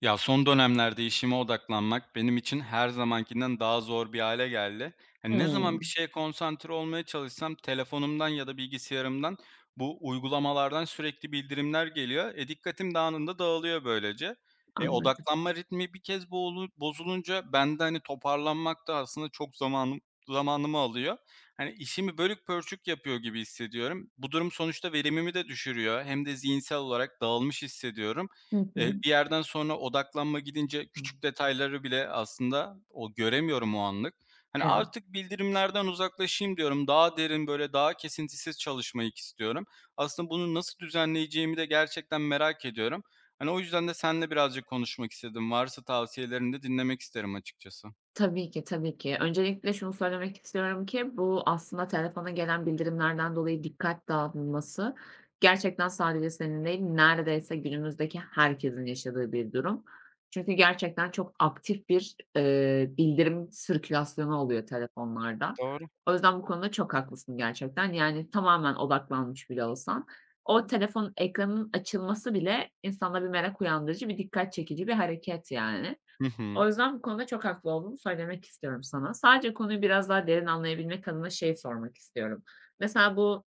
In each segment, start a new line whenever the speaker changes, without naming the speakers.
Ya, son dönemlerde işime odaklanmak benim için her zamankinden daha zor bir hale geldi. Hani, ne zaman bir
Hımm,
şeye konsantre olmaya çalışsam telefonumdan ya da bilgisayarımdan bu uygulamalardan sürekli bildirimler geliyor. Dikkatim de anında dağılıyor böylece. E,
anladım.
odaklanma ritmi bir kez bozulunca ben hani, toparlanmak da aslında çok zamanımı alıyor. Hani, işimi bölük pörçük yapıyor gibi hissediyorum. Bu durum sonuçta verimimi de düşürüyor, hem de zihinsel olarak dağılmış hissediyorum.
Hı
Eee,
hı.
bir yerden sonra odaklanma gidince küçük detayları bile aslında o göremiyorum o anlık. Hani,
Evet.
artık bildirimlerden uzaklaşayım diyorum. Daha derin, böyle, daha kesintisiz çalışmayı istiyorum. Aslında bunu nasıl düzenleyeceğimi de gerçekten merak ediyorum. Hani, o yüzden de seninle birazcık konuşmak istedim. Varsa tavsiyelerini de dinlemek isterim açıkçası.
Tabii ki, tabii ki. Öncelikle şunu söylemek istiyorum ki bu aslında telefona gelen bildirimlerden dolayı dikkat dağılması gerçekten sadece senin değil, neredeyse günümüzdeki herkesin yaşadığı bir durum. Çünkü gerçekten çok aktif bir bildirim sirkülasyonu oluyor telefonlarda. O yüzden bu konuda çok haklısın gerçekten. Yani tamamen odaklanmış bile olsan o telefon ekranının açılması bile insanda bir merak uyandırıcı, bir dikkat çekici bir hareket yani.
Hı hı.
O yüzden bu konuda çok haklı olduğumu söylemek istiyorum sana. Sadece konuyu biraz daha derin anlayabilmek adına şey sormak istiyorum. Mesela bu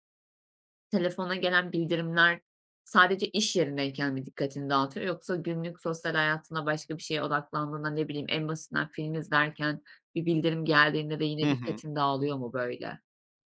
telefona gelen bildirimler sadece iş yerindeyken mi dikkatini dağıtıyor yoksa günlük sosyal hayatında başka bir şeye odaklandığında, ne bileyim, en basitinden film izlerken bir bildirim geldiğinde de
Hı
yine
hı.
dikkatin dağılıyor mu böyle?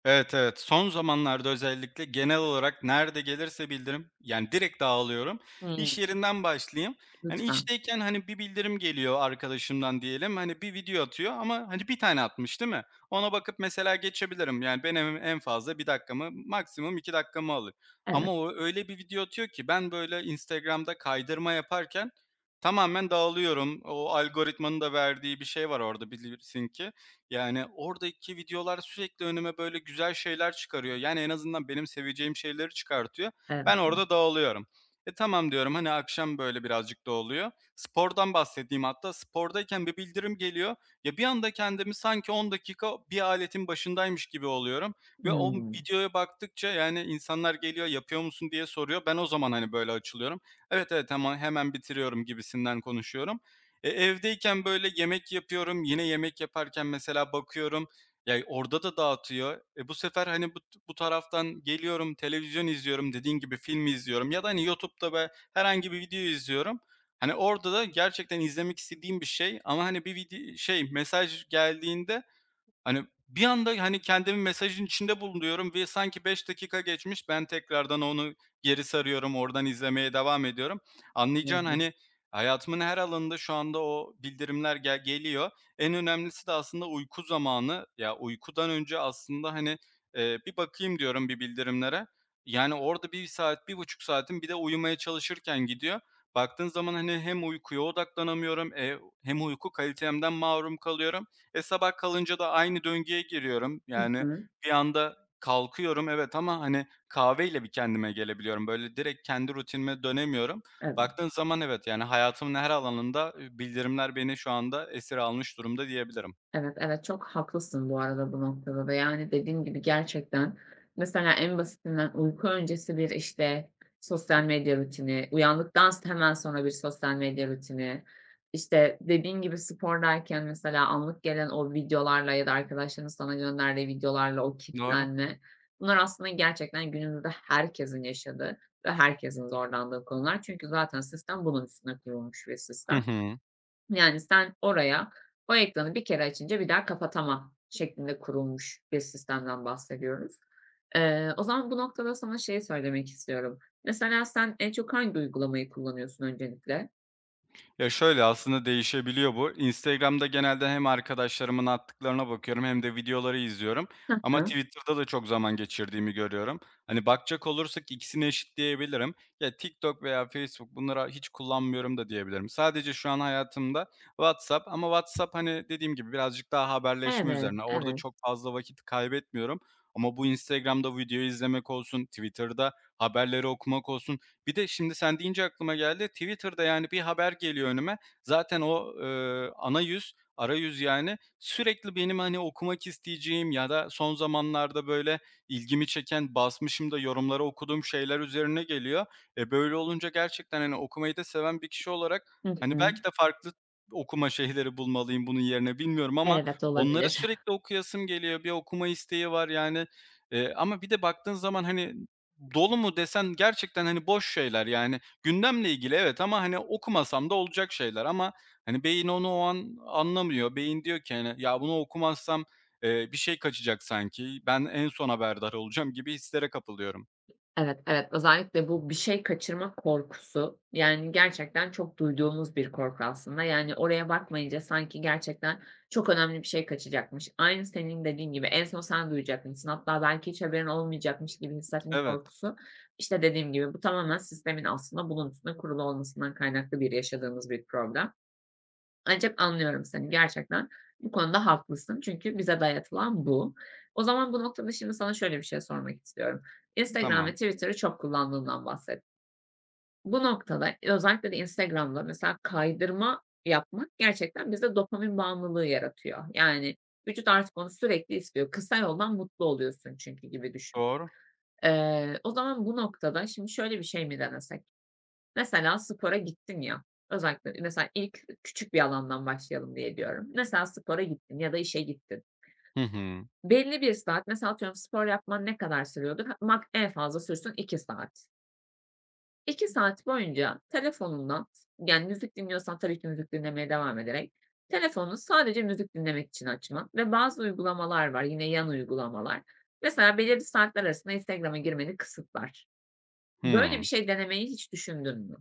Evet, evet. Son zamanlarda özellikle genel olarak nerede gelirse bildirim, yani direkt dağılıyorum. İş
Hımm.
yerinden başlayayım. Yani
Lütfen.
işteyken, hani, bir bildirim geliyor arkadaşımdan diyelim, hani, bir video atıyor ama, hani, bir tane atmış, değil mi? Ona bakıp mesela geçebilirim. Yani benim en fazla 1 dakikamı, maksimum 2 dakikamı alır. Ama
Evet,
o öyle bir video atıyor ki ben, böyle, Instagram'da kaydırma yaparken tamamen dağılıyorum. O algoritmanın da verdiği bir şey var orada, bilirsin ki. Yani, oradaki videolar sürekli önüme böyle güzel şeyler çıkarıyor. Yani, en azından benim seveceğim şeyleri çıkartıyor.
evet,
Ben
evet.
orada dağılıyorum. "E, tamam." diyorum, hani, akşam böyle birazcık dağılıyor. Spordan bahsedeyim hatta. Spordayken bir bildirim geliyor. Ya, bir anda kendimi sanki 10 dakika bir aletin başındaymış gibi oluyorum ve o
Hımm.
videoya baktıkça, yani, insanlar geliyor, "Yapıyor musun?" diye soruyor. Ben o zaman, hani, böyle açılıyorum. "Evet, evet, hemen hemen bitiriyorum." gibisinden konuşuyorum. Evdeyken böyle yemek yapıyorum, yine yemek yaparken mesela bakıyorum, ya, orada da dağıtıyor. Bu sefer, hani, bu taraftan geliyorum, televizyon izliyorum, dediğin gibi film izliyorum ya da, hani, YouTube'da herhangi bir video izliyorum. Hani, orada da gerçekten izlemek istediğim bir şey, ama, hani, bir mesaj geldiğinde hani, bir anda, hani, kendimi mesajın içinde bulunuyorum ve sanki 5 dakika geçmiş, ben tekrardan onu geri sarıyorum, oradan izlemeye devam ediyorum.
Hı
Anlayacağın,
hı.
hani, hayatımın her alanında şu anda o bildirimler geliyor. En önemlisi de aslında uyku zamanı. Ya, uykudan önce aslında, hani, bir bakayım diyorum bir bildirimlere. Yani, orada bir saat, 1,5 saatim bir de uyumaya çalışırken gidiyor. Baktığın zaman, hani, hem uykuya odaklanamıyorum, hem uyku kalitemden mahrum kalıyorum. Sabah kalınca da aynı döngüye giriyorum.
Hı
Yani
hı.
bir anda kalkıyorum, evet ama, hani, kahveyle bir kendime gelebiliyorum. Böyle direkt kendi rutinime dönemiyorum.
Evet.
Baktığın zaman evet, yani hayatımın her alanında, bildirimler beni şu anda esir almış durumda diyebilirim.
Evet, evet, çok haklısın bu arada bu noktada da. Yani, dediğim gibi gerçekten mesela en basitinden uyku öncesi bir, işte, sosyal medya rutini, uyandıktan hemen sonra bir sosyal medya rutini, işte, dediğin gibi spordayken mesela anlık gelen o videolarla ya da arkadaşlarının sana gönderdiği videolarla o
Doğru.
kitlenme, bunlar aslında gerçekten günümüzde herkesin yaşadığı ve herkesin zorlandığı konular. Çünkü zaten sistem bunun üstüne kurulmuş bir
Hı
sistem.
hı.
Yani sen oraya o ekranı bir kere açınca bir daha kapatamam şeklinde kurulmuş bir sistemden bahsediyoruz. O zaman bu noktada sana şey söylemek istiyorum. Mesela sen en çok hangi uygulamayı kullanıyorsun öncelikle?
Ya, şöyle, aslında değişebiliyor bu. Instagram'da genelde hem arkadaşlarımın attıklarına bakıyorum hem de videoları izliyorum,
Hı
ama
hı.
Twitter'da da çok zaman geçirdiğimi görüyorum. Hani, bakacak olursak ikisini eşitleyebilirim. Ya, TikTok veya Facebook, bunları hiç kullanmıyorum da diyebilirim. Sadece şu an hayatımda WhatsApp, ama WhatsApp, hani, dediğim gibi birazcık daha haberleşme
Evet,
üzerine. Orada
evet.
çok fazla vakit kaybetmiyorum, ama bu Instagram'da video izlemek olsun, Twitter'da haberleri okumak olsun, bir de şimdi sen deyince aklıma geldi. Twitter'da, yani, bir haber geliyor önüme. Zaten o, arayüz, yani, sürekli benim, hani, okumak isteyeceğim ya da son zamanlarda, böyle, ilgimi çeken, basmışım da yorumları okuduğum şeyler üzerine geliyor. Böyle olunca gerçekten, hani, okumayı da seven bir kişi olarak,
Hı
hani,
hı.
belki de farklı okuma şeyleri bulmalıyım bunun yerine, bilmiyorum, ama
Evet,
onları
olabilir.
sürekli okuyasım geliyor. Bir okuma isteği var, yani. Ama bir de baktığın zaman, hani, dolu mu desen gerçekten, hani, boş şeyler, yani, gündemle ilgili evet, ama, hani, okumasam da olacak şeyler, ama, hani, beyin onu o an anlamıyor. Beyin diyor ki, hani, "Ya, bunu okumazsam, bir şey kaçacak sanki. Ben en son haberdar olacağım." gibi hislere kapılıyorum.
Evet, evet. Özellikle bu bir şey kaçırma korkusu, yani, gerçekten çok duyduğumuz bir korku aslında. Yani, oraya bakmayınca sanki gerçekten çok önemli bir şey kaçacakmış. Aynı senin dediğin gibi en son sen duyacakmışsın. Hatta belki hiç haberin olmayacakmış gibi hissetme
Evet,
korkusu. İşte, dediğim gibi bu tamamen sistemin aslında bunun üstüne kurulu olmasından kaynaklı bir yaşadığımız bir problem. Ancak anlıyorum seni gerçekten. Bu konuda haklısın çünkü bize dayatılan bu. O zaman bu noktada şimdi sana şöyle bir şey sormak istiyorum. Instagram ve
tamam.
Twitter'ı çok kullandığından bahset. Bu noktada özellikle de Instagram'da mesela kaydırma yapmak gerçekten bizde dopamin bağımlılığı yaratıyor. Yani vücut artık onu sürekli istiyor. Kısa yoldan mutlu oluyorsun çünkü gibi düşün.
Doğru.
O zaman bu noktada şimdi şöyle bir şey mi denesek? Mesela spora gittin ya, özellikle mesela ilk küçük bir alandan başlayalım diye diyorum. Mesela spora gittin ya da işe gittin.
Hı hı.
Belli bir saat, mesela atıyorum spor yapman ne kadar sürüyordur? Ha en fazla sürsün 2 saat. 2 saat boyunca telefonundan yani müzik dinliyorsan tabii ki müzik dinlemeye devam ederek, telefonunu sadece müzik dinlemek için açman ve bazı uygulamalar var, yine yan uygulamalar. Mesela belirli saatler arasında Instagram'a girmeni kısıtlar. Böyle bir
Hıı.
şey denemeyi hiç düşündün mü?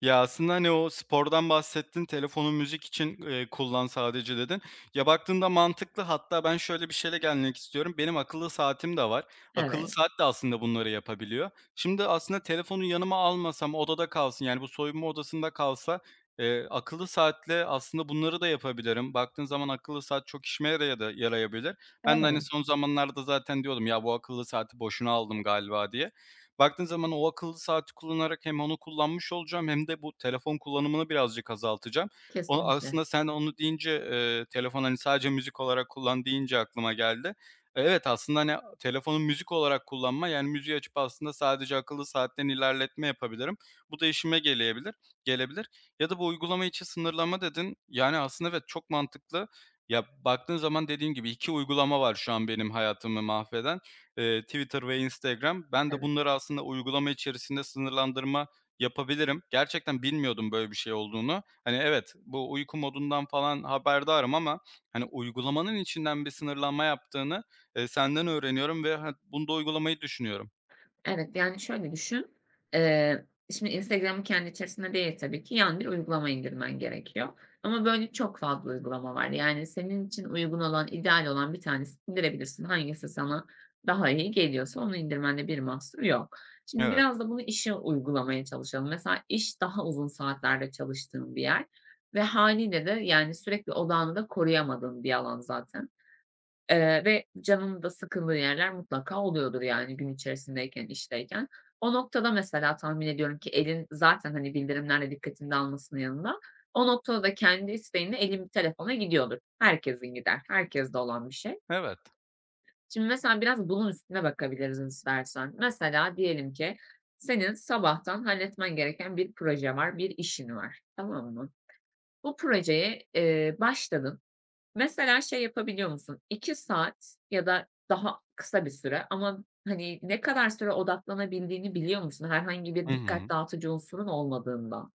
Ya, aslında, hani, o spordan bahsettin, "Telefonu müzik için, kullan sadece." dedin. Ya, baktığında mantıklı. Hatta ben şöyle bir şeyle gelmek istiyorum. Benim akıllı saatim de var. Akıllı
Evet,
saat de aslında bunları yapabiliyor. Şimdi aslında telefonu yanıma almasam, odada kalsın, yani, bu soyunma odasında kalsa, akıllı saatle aslında bunları da yapabilirim. Baktığın zaman akıllı saat çok işime yaraya da yarayabilir. Ben de, hani,
evet.
son zamanlarda zaten diyordum, "Ya, bu akıllı saati boşuna aldım galiba." diye. Baktığın zaman o akıllı saati kullanarak hem onu kullanmış olacağım hem de bu telefon kullanımını birazcık azaltacağım. O
Kesinlikle.
aslında sen onu deyince, telefon, hani, sadece müzik olarak kullan deyince aklıma geldi. Evet, aslında, hani, telefonu müzik olarak kullanma, yani, müziği açıp aslında sadece akıllı saatten ilerletme yapabilirim. Bu da işime gelebilir. Ya da bu uygulama içi sınırlama dedin. Yani, aslında evet, çok mantıklı. Ya, baktığın zaman dediğim gibi 2 uygulama var şu an benim hayatımı mahveden, Twitter ve Instagram. Ben de
Evet,
bunları aslında uygulama içerisinde sınırlandırma yapabilirim. Gerçekten bilmiyordum böyle bir şey olduğunu. Hani evet, bu uyku modundan falan haberdarım, ama hani uygulamanın içinden bir sınırlanma yaptığını, senden öğreniyorum ve bunu da uygulamayı düşünüyorum.
evet, yani, şöyle düşün, şimdi Instagram'ın kendi içerisinde değil tabii ki, yan bir uygulama indirmen gerekiyor ama böyle çok fazla uygulama var. Yani, senin için uygun olan, ideal olan bir tanesini indirebilirsin. Hangisi sana daha iyi geliyorsa onu indirmende bir mahsur yok. Şimdi
Evet,
biraz da bunu işe uygulamaya çalışalım. Mesela iş daha uzun saatlerde çalıştığın bir yer ve hâliyle de, yani, sürekli odağını da koruyamadığın bir alan zaten. Ve canının da sıkıldığı yerler mutlaka oluyordur, yani, gün içerisindeyken, işteyken. O noktada mesela tahmin ediyorum ki elin zaten, hani, bildirimlerle dikkatini dağılmasının yanında, o noktada da kendi isteğinle elin bir telefona gidiyordur. Herkesin gider, herkeste olan bir şey.
evet.
Şimdi mesela biraz bunun üstüne bakabiliriz istersen. Mesela diyelim ki senin sabahtan halletmen gereken bir proje var, bir işin var, tamam mı? Bu projeye başladın. Mesela şey yapabiliyor musun? 2 saat ya da daha kısa bir süre ama, hani, ne kadar süre odaklanabildiğini biliyor musun herhangi bir
Hı
dikkat
hı.
dağıtıcı unsurun olmadığında?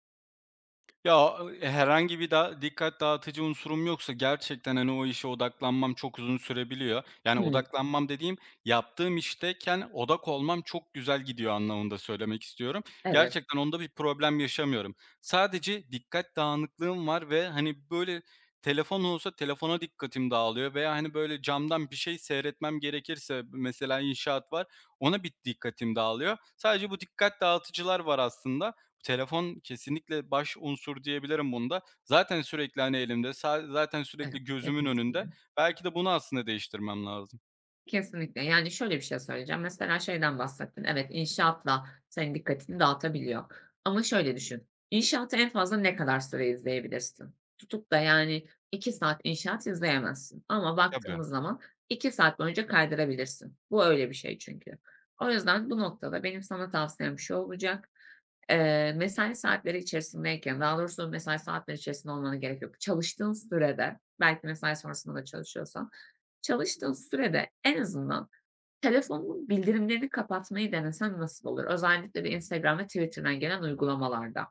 Ya, herhangi bir dikkat dağıtıcı unsurum yoksa gerçekten, hani, o işe odaklanmam çok uzun sürebiliyor. Yani
Hımm.
odaklanmam dediğim, yaptığım işteyken odak olmam çok güzel gidiyor anlamında söylemek istiyorum.
Evet,
Gerçekten onda bir problem yaşamıyorum. Sadece dikkat dağınıklığım var ve, hani, böyle, telefon olsa telefona dikkatim dağılıyor veya, hani, böyle, camdan bir şey seyretmem gerekirse, mesela inşaat var, ona bir dikkatim dağılıyor. Sadece bu dikkat dağıtıcılar var aslında. Telefon kesinlikle baş unsur diyebilirim bunda. Zaten sürekli, hani, elimde, zaten
evet.
sürekli gözümün
Hepimiz
önünde.
gibi.
Belki de bunu aslında değiştirmem lazım.
Kesinlikle. Yani, şöyle bir şey söyleyeceğim. Mesela şeyden bahsettin. Evet, inşaatla senin dikkatini dağıtabiliyor ama şöyle düşün. İnşaatı en fazla ne kadar süre izleyebilirsin? Tutup da, yani, 2 saat inşaat izleyemezsin ama
Tabii.
baktığımız zaman 2 saat boyunca kaydırabilirsin. Bu öyle bir şey çünkü. O yüzden bu noktada benim sana tavsiyem şu olacak: Mesai saatleri içerisindeyken, daha doğrusu mesai saatleri içerisinde olmana gerek yok. Çalıştığın sürede, belki mesai sonrasında da çalışıyorsan, çalıştığın sürede en azından telefonunun bildirimlerini kapatmayı denesen nasıl olur? Özellikle de Instagram ve Twitter'dan gelen uygulamalarda.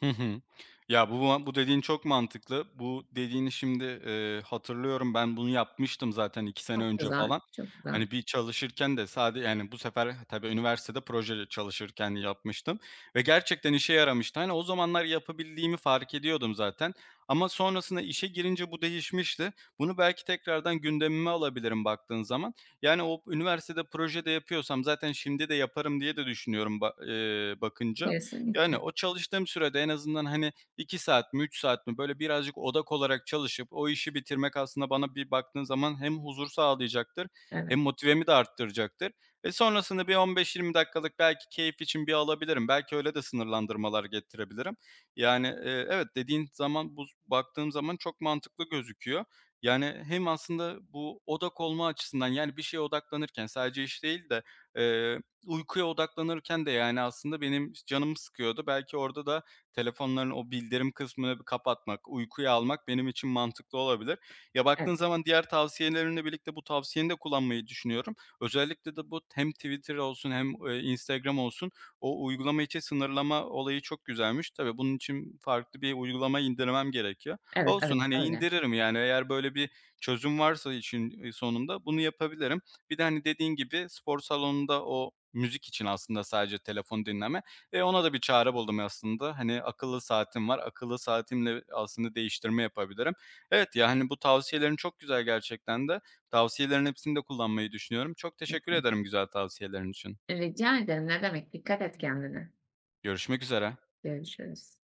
Hı hı. Ya, bu dediğin çok mantıklı. Bu dediğini şimdi, hatırlıyorum. Ben bunu yapmıştım zaten 2 sene
Çok
önce
güzel,
falan.
çok güzel.
Hani, bir çalışırken de sadece, yani, bu sefer tabii üniversitede proje çalışırken yapmıştım ve gerçekten işe yaramıştı. Hani, o zamanlar yapabildiğimi fark ediyordum zaten, ama sonrasında işe girince bu değişmişti. Bunu belki tekrardan gündemime alabilirim baktığın zaman. Yani, o üniversitede proje de yapıyorsam zaten şimdi de yaparım diye de düşünüyorum ba bakınca. Yani,
Kesinlikle.
o çalıştığım sürede en azından, hani, 2 saat mi 3 saat mi, böyle, birazcık odak olarak çalışıp o işi bitirmek aslında bana bir baktığın zaman hem huzur sağlayacaktır hem
Evet,
motivemi de arttıracaktır. Ve sonrasında bir 15-20 dakikalık belki keyif için bir alabilirim. Belki öyle de sınırlandırmalar getirebilirim. Yani, evet, dediğin zaman bu baktığım zaman çok mantıklı gözüküyor. Yani, hem aslında bu odak olma açısından, yani, bir şeye odaklanırken sadece iş değil de, eee Uykuya odaklanırken de, yani, aslında benim canım sıkıyordu. Belki orada da telefonların o bildirim kısmını bir kapatmak, uykuya almak benim için mantıklı olabilir. Ya,
evet,
baktığın zaman diğer tavsiyelerinle birlikte bu tavsiyeni de kullanmayı düşünüyorum. Özellikle de bu hem Twitter olsun hem, Instagram olsun, o uygulama içi sınırlama olayı çok güzelmiş. Tabii bunun için farklı bir uygulama indirmem gerekiyor.
evet, evet,
Olsun, hani,
öyle.
indiririm, yani, eğer böyle bir çözüm varsa için sonunda bunu yapabilirim. Bir de, hani, dediğin gibi spor salonunda o müzik için aslında sadece telefon dinleme ve ona da bir çare buldum aslında. Hani akıllı saatim var. Akıllı saatimle aslında değiştirme yapabilirim. Evet, yani bu tavsiyelerin çok güzel gerçekten de. Tavsiyelerin hepsini de kullanmayı düşünüyorum. Çok
Hı
teşekkür
hı.
ederim güzel tavsiyelerin için.
Rica ederim. Ne demek. Dikkat et kendine.
Görüşmek üzere.
Görüşürüz.